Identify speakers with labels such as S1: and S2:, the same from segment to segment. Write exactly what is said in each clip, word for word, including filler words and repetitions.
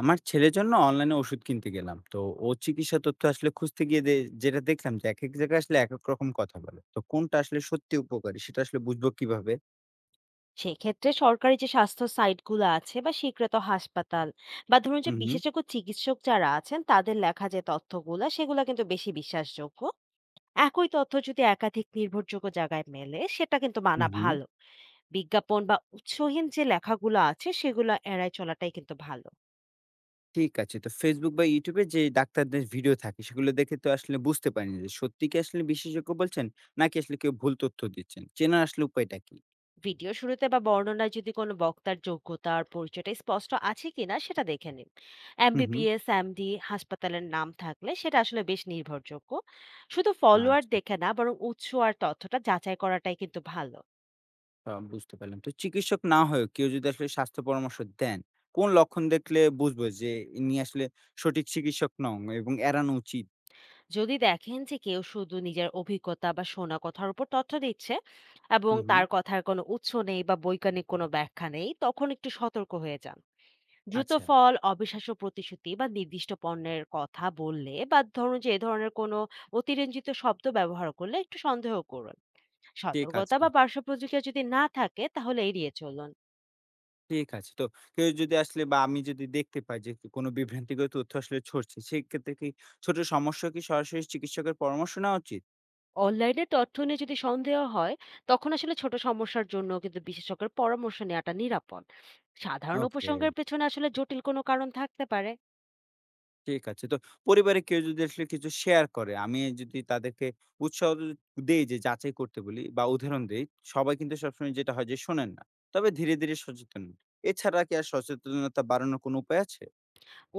S1: আমার ছেলের জন্য অনলাইনে ওষুধ কিনতে গেলাম তো ও চিকিৎসা তথ্য আসলে খুঁজতে গিয়ে দে- যেটা দেখলাম যে এক এক জায়গায় আসলে এক এক রকম কথা বলে তো কোনটা আসলে সত্যি উপকারী সেটা আসলে বুঝবো কিভাবে?
S2: সেক্ষেত্রে সরকারি যে স্বাস্থ্য সাইটগুলো আছে বা স্বীকৃত হাসপাতাল বা ধরুন যে
S1: হুম হুম।
S2: বিশেষজ্ঞ চিকিৎসক যারা আছেন তাদের লেখা যে তথ্যগুলা সেগুলো কিন্তু বেশি বিশ্বাসযোগ্য। একই তথ্য যদি একাধিক নির্ভরযোগ্য জায়গায় মেলে সেটা কিন্তু মানা
S1: হুম হুম।
S2: ভালো। বিজ্ঞাপন বা উৎসহীন যে লেখাগুলো আছে সেগুলো এড়ায় চলাটাই কিন্তু ভালো।
S1: ঠিক আছে। তো ফেসবুক বা ইউটিউবে যে ডাক্তারদের ভিডিও থাকে সেগুলো দেখে তো আসলে বুঝতে পারিনি যে সত্যি কি আসলে বিশেষজ্ঞ বলছেন, নাকি আসলে কেউ ভুল তথ্য দিচ্ছেন। চেনার আসলে উপায়টা কি?
S2: ভিডিও শুরুতে বা বর্ণনায় যদি কোনো বক্তার যোগ্যতা আর পরিচয়টা স্পষ্ট আছে কিনা সেটা দেখে নিন।
S1: হুম হুম।
S2: এমবিবিএস এমডি হাসপাতালের নাম থাকলে সেটা আসলে বেশ নির্ভরযোগ্য। শুধু ফলোয়ার
S1: আচ্ছা।
S2: দেখে না বরং উৎস আর তথ্যটা যাচাই করাটাই কিন্তু ভালো।
S1: আ বুঝতে পারলাম। তো চিকিৎসক না হয়েও কেউ যদি আসলে স্বাস্থ্য পরামর্শ দেন, কোন লক্ষণ দেখলে বুঝবো যে ইনি আসলে সঠিক চিকিৎসক নন এবং এড়ানো উচিত?
S2: যদি দেখেন যে কেউ শুধু নিজের অভিজ্ঞতা বা শোনা কথার উপর তথ্য দিচ্ছে এবং
S1: হুম, হুম।
S2: তার কথার কোনো উৎস নেই বা বৈজ্ঞানিক কোনো ব্যাখ্যা নেই তখন একটু সতর্ক হয়ে যান। দ্রুত
S1: আচ্ছা,
S2: ফল, অবিশ্বাস্য প্রতিশ্রুতি বা নির্দিষ্ট পণ্যের কথা বললে বা ধরুন যে এ ধরনের কোনো অতিরঞ্জিত শব্দ ব্যবহার করলে একটু সন্দেহ করুন।
S1: ঠিক
S2: সতর্কতা
S1: আছে,
S2: বা পার্শ্ব প্রতিক্রিয়া যদি না থাকে তাহলে এড়িয়ে চলুন।
S1: ঠিক আছে। তো কেউ যদি আসলে বা আমি যদি দেখতে পাই যে কোনো বিভ্রান্তিকর তথ্য আসলে ছড়ছে, সেক্ষেত্রে কি ছোট সমস্যা কি সরাসরি চিকিৎসকের পরামর্শ নেওয়া উচিত?
S2: অনলাইনে তথ্য নিয়ে যদি সন্দেহ হয় তখন আসলে ছোট সমস্যার জন্য কিন্তু বিশেষজ্ঞের পরামর্শ নেওয়াটা নিরাপদ। সাধারণ
S1: ওকে।
S2: উপসংহারের পেছনে আসলে জটিল কোনো কারণ থাকতে পারে।
S1: ঠিক আছে। তো পরিবারে কেউ যদি আসলে কিছু শেয়ার করে, আমি যদি তাদেরকে উৎসাহ দ দেই যে যাচাই করতে বলি বা উদাহরণ দেই, সবাই কিন্তু সবসময় যেটা হয় যে শোনেন না। তবে ধীরে, ধীরে সচেতন হন। এছাড়া কি আর সচেতনতা বাড়ানোর কোনো উপায় আছে?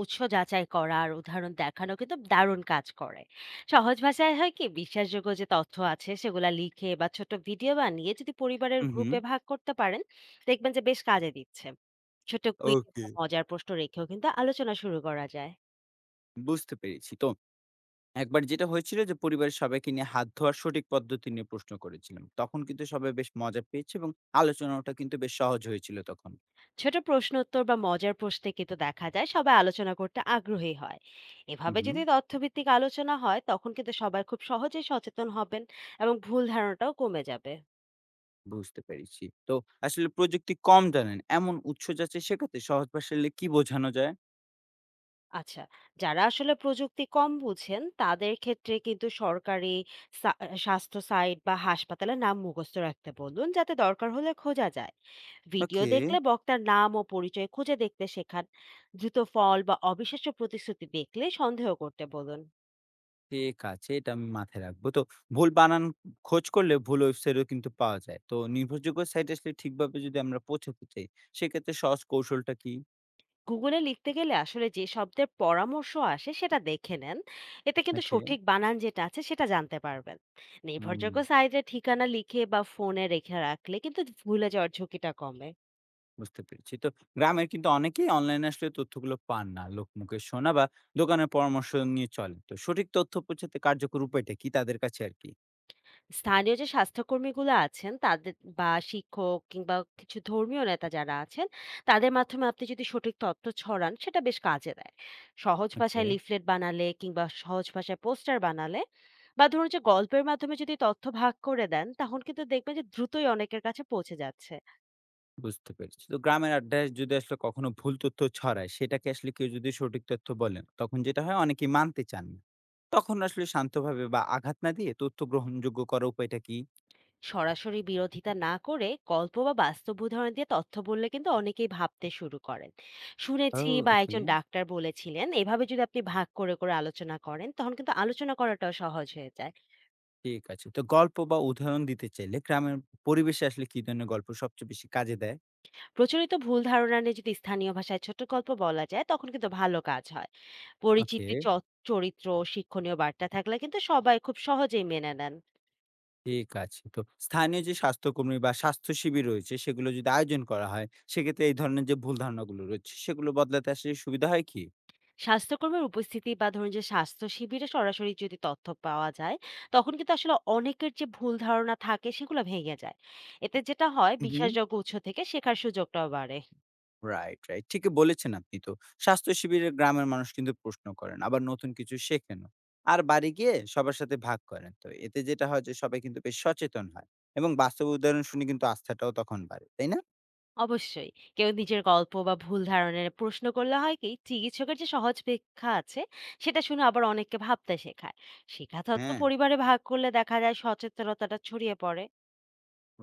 S2: উৎস যাচাই করা আর উদাহরণ দেখানো কিন্তু দারুণ কাজ করে। সহজ ভাষায় হয় কি বিশ্বাসযোগ্য যে তথ্য আছে সেগুলা লিখে বা ছোট ভিডিও বানিয়ে যদি পরিবারের
S1: হু, হু।
S2: গ্রুপে ভাগ করতে পারেন দেখবেন যে বেশ কাজে দিচ্ছে। ছোট কুইজ
S1: ওকে।
S2: বা মজার প্রশ্ন রেখেও কিন্তু আলোচনা শুরু করা যায়।
S1: বুঝতে পেরেছি। তো একবার যেটা হয়েছিল যে পরিবারের সবাইকে নিয়ে হাত ধোয়ার সঠিক পদ্ধতি নিয়ে প্রশ্ন করেছিলাম। তখন কিন্তু সবাই বেশ মজা পেয়েছে এবং আলোচনাটা কিন্তু বেশ সহজ হয়েছিল তখন।
S2: ছোট প্রশ্ন উত্তর বা মজার প্রশ্নে কিন্তু দেখা যায় সবাই আলোচনা করতে আগ্রহী হয়।
S1: হু,
S2: এভাবে
S1: হু।
S2: যদি তথ্যভিত্তিক আলোচনা হয় তখন কিন্তু সবাই খুব সহজেই সচেতন হবেন এবং ভুল ধারণাটাও কমে যাবে।
S1: বুঝতে পেরেছি। তো আসলে প্রযুক্তি কম জানেন এমন উৎস যাচাই শেখাতে সহজ ভাষায় হলে কি বোঝানো যায়?
S2: আচ্ছা, যারা আসলে প্রযুক্তি কম বুঝেন তাদের ক্ষেত্রে কিন্তু সরকারি সা স্বাস্থ্য সাইট বা হাসপাতালের নাম মুখস্থ রাখতে বলুন, যাতে দরকার হলে খোঁজা যায়। Video
S1: okay.
S2: দেখলে বক্তার নাম ও পরিচয় খুঁজে দেখতে শেখান। দ্রুত ফল বা অবিশ্বাস্য প্রতিশ্রুতি দেখলে সন্দেহ করতে বলুন।
S1: ঠিক আছে, এটা আমি মাথায় রাখবো। তো ভুল বানান খোঁজ করলে ভুল ওয়েবসাইটও কিন্তু পাওয়া যায়। তো নির্ভরযোগ্য সাইট আসলে ঠিকভাবে যদি আমরা পৌঁছাতে চাই, সেক্ষেত্রে সহজ কৌশলটা কি?
S2: গুগলে লিখতে গেলে আসলে যে শব্দের পরামর্শ আসে সেটা দেখে নেন। এতে কিন্তু
S1: ওকে,
S2: সঠিক বানান যেটা আছে সেটা জানতে পারবেন।
S1: হুম,
S2: নির্ভরযোগ্য সাইটের ঠিকানা লিখে বা ফোনে রেখে রাখলে কিন্তু ভুলে যাওয়ার ঝুঁকিটা কমে।
S1: বুঝতে পেরেছি। তো গ্রামের কিন্তু অনেকেই অনলাইনে আসলে তথ্যগুলো পান না। লোকমুখে শোনা বা দোকানের পরামর্শ নিয়ে চলে। তো সঠিক তথ্য পৌঁছাতে কার্যকর উপায়টা কি তাদের কাছে আর কি?
S2: স্থানীয় যে স্বাস্থ্যকর্মীগুলো আছেন তাদের বা শিক্ষক কিংবা কিছু ধর্মীয় নেতা যারা আছেন তাদের মাধ্যমে আপনি যদি সঠিক তথ্য ছড়ান সেটা বেশ কাজে দেয়। সহজ
S1: ওকে।
S2: ভাষায় লিফলেট বানালে কিংবা সহজ ভাষায় পোস্টার বানালে বা ধরুন যে গল্পের মাধ্যমে যদি তথ্য ভাগ করে দেন তখন কিন্তু দেখবেন যে দ্রুতই অনেকের কাছে পৌঁছে যাচ্ছে।
S1: বুঝতে পেরেছি। তো গ্রামের আড্ডায় যদি আসলে কখনো ভুল তথ্য ছড়ায়, সেটাকে আসলে কেউ যদি সঠিক তথ্য বলেন, তখন যেটা হয় অনেকেই মানতে চান না। তখন আসলে শান্তভাবে বা আঘাত না দিয়ে তথ্য গ্রহণযোগ্য করার উপায়টা কি?
S2: সরাসরি বিরোধিতা না করে গল্প বা বাস্তব উদাহরণ দিয়ে তথ্য বললে কিন্তু অনেকেই ভাবতে শুরু করেন।
S1: ও
S2: শুনেছি বা
S1: ওকে।
S2: একজন ডাক্তার বলেছিলেন এভাবে যদি আপনি ভাগ করে করে আলোচনা করেন তখন কিন্তু আলোচনা করাটাও সহজ হয়ে যায়।
S1: ঠিক আছে। তো গল্প বা উদাহরণ দিতে চাইলে গ্রামের পরিবেশে আসলে কি ধরনের গল্প সবচেয়ে বেশি কাজে দেয়?
S2: প্রচলিত ভুল ধারণা নিয়ে যদি স্থানীয় ভাষায় ছোট গল্প বলা যায় তখন কিন্তু ভালো কাজ হয়।
S1: ওকে।
S2: পরিচিতি চ- চরিত্র ও শিক্ষণীয় বার্তা থাকলে কিন্তু সবাই খুব সহজেই মেনে নেন।
S1: ঠিক আছে। তো স্থানীয় যে স্বাস্থ্যকর্মী বা স্বাস্থ্য শিবির রয়েছে, সেগুলো যদি আয়োজন করা হয়, সেক্ষেত্রে এই ধরনের যে ভুল ধারণাগুলো রয়েছে, সেগুলো বদলাতে আসলে সুবিধা হয় কি?
S2: স্বাস্থ্যকর্মীর উপস্থিতি বা ধরুন যে স্বাস্থ্য শিবিরে সরাসরি যদি তথ্য পাওয়া যায় তখন কিন্তু আসলে অনেকের যে ভুল ধারণা থাকে সেগুলো ভেঙে যায়। এতে যেটা হয়
S1: হুম, হুম।
S2: বিশ্বাসযোগ্য উৎস থেকে শেখার সুযোগটাও বাড়ে।
S1: Right, right. ঠিকই বলেছেন আপনি তো। স্বাস্থ্য শিবিরে গ্রামের মানুষ কিন্তু প্রশ্ন করেন, আবার নতুন কিছু শেখেনও। আর বাড়ি গিয়ে সবার সাথে ভাগ করেন। তো এতে যেটা হয় যে সবাই কিন্তু বেশ সচেতন হয় এবং বাস্তব উদাহরণ শুনে কিন্তু আস্থাটাও তখন বাড়ে। তাই না?
S2: অবশ্যই। কেউ নিজের গল্প বা ভুল ধারণার প্রশ্ন করলে হয় কি চিকিৎসকের যে সহজ ব্যাখ্যা আছে সেটা শুনে আবার অনেককে ভাবতে শেখায়। শিক্ষা তত্ত্ব
S1: হ্যাঁ,
S2: পরিবারে ভাগ করলে দেখা যায় সচেতনতাটা ছড়িয়ে পড়ে।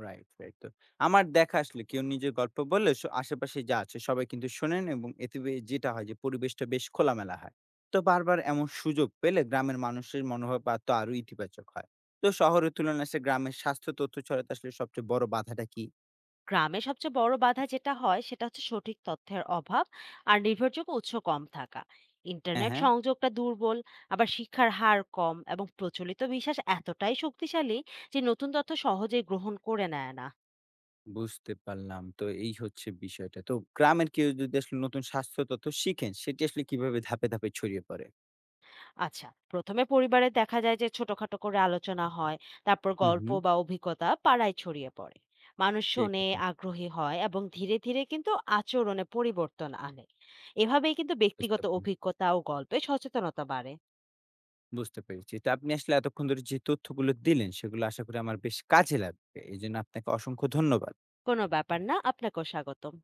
S1: Right, right. তো আমার দেখা আসলে কেউ নিজের গল্প বললে স আশেপাশে যা আছে সবাই কিন্তু শোনেন এবং এতে বে যেটা হয় যে পরিবেশটা বেশ খোলামেলা হয়। তো বারবার এমন সুযোগ পেলে গ্রামের মানুষের মনোভাব আ তো আরো ইতিবাচক হয়। তো শহরের তুলনায় আসলে গ্রামের স্বাস্থ্য তথ্য ছড়াতে আসলে সবচেয়ে বড় বাধাটা কি?
S2: গ্রামে সবচেয়ে বড় বাধা যেটা হয় সেটা হচ্ছে সঠিক তথ্যের অভাব আর নির্ভরযোগ্য উৎস কম থাকা।
S1: হ্যাঁ,
S2: ইন্টারনেট
S1: হ্যাঁ।
S2: সংযোগটা দুর্বল। আবার শিক্ষার হার কম এবং প্রচলিত বিশ্বাস এতটাই শক্তিশালী যে নতুন তথ্য সহজেই গ্রহণ করে নেয় না।
S1: বুঝতে পারলাম। তো এই হচ্ছে বিষয়টা। তো গ্রামের কেউ যদি আসলে নতুন স্বাস্থ্য তথ্য শিখেন, সেটি আসলে কিভাবে ধাপে, ধাপে ছড়িয়ে পড়ে?
S2: আচ্ছা, প্রথমে পরিবারে দেখা যায় যে ছোটখাটো করে আলোচনা হয়। তারপর
S1: হুম,
S2: গল্প
S1: হুম।
S2: বা অভিজ্ঞতা পাড়ায় ছড়িয়ে পড়ে। মানুষ
S1: ঠিক
S2: শোনে
S1: আছে।
S2: আগ্রহী হয় এবং ধীরে ধীরে কিন্তু আচরণে পরিবর্তন আনে। এভাবেই কিন্তু
S1: বুঝতে
S2: ব্যক্তিগত
S1: পারলাম।
S2: অভিজ্ঞতা ও গল্পে সচেতনতা বাড়ে।
S1: বুঝতে পেরেছি। তো আপনি আসলে এতক্ষণ ধরে যে তথ্যগুলো দিলেন, সেগুলো আশা করি আমার বেশ কাজে লাগবে। এজন্য আপনাকে অসংখ্য ধন্যবাদ।
S2: কোনো ব্যাপার না। আপনাকেও স্বাগতম।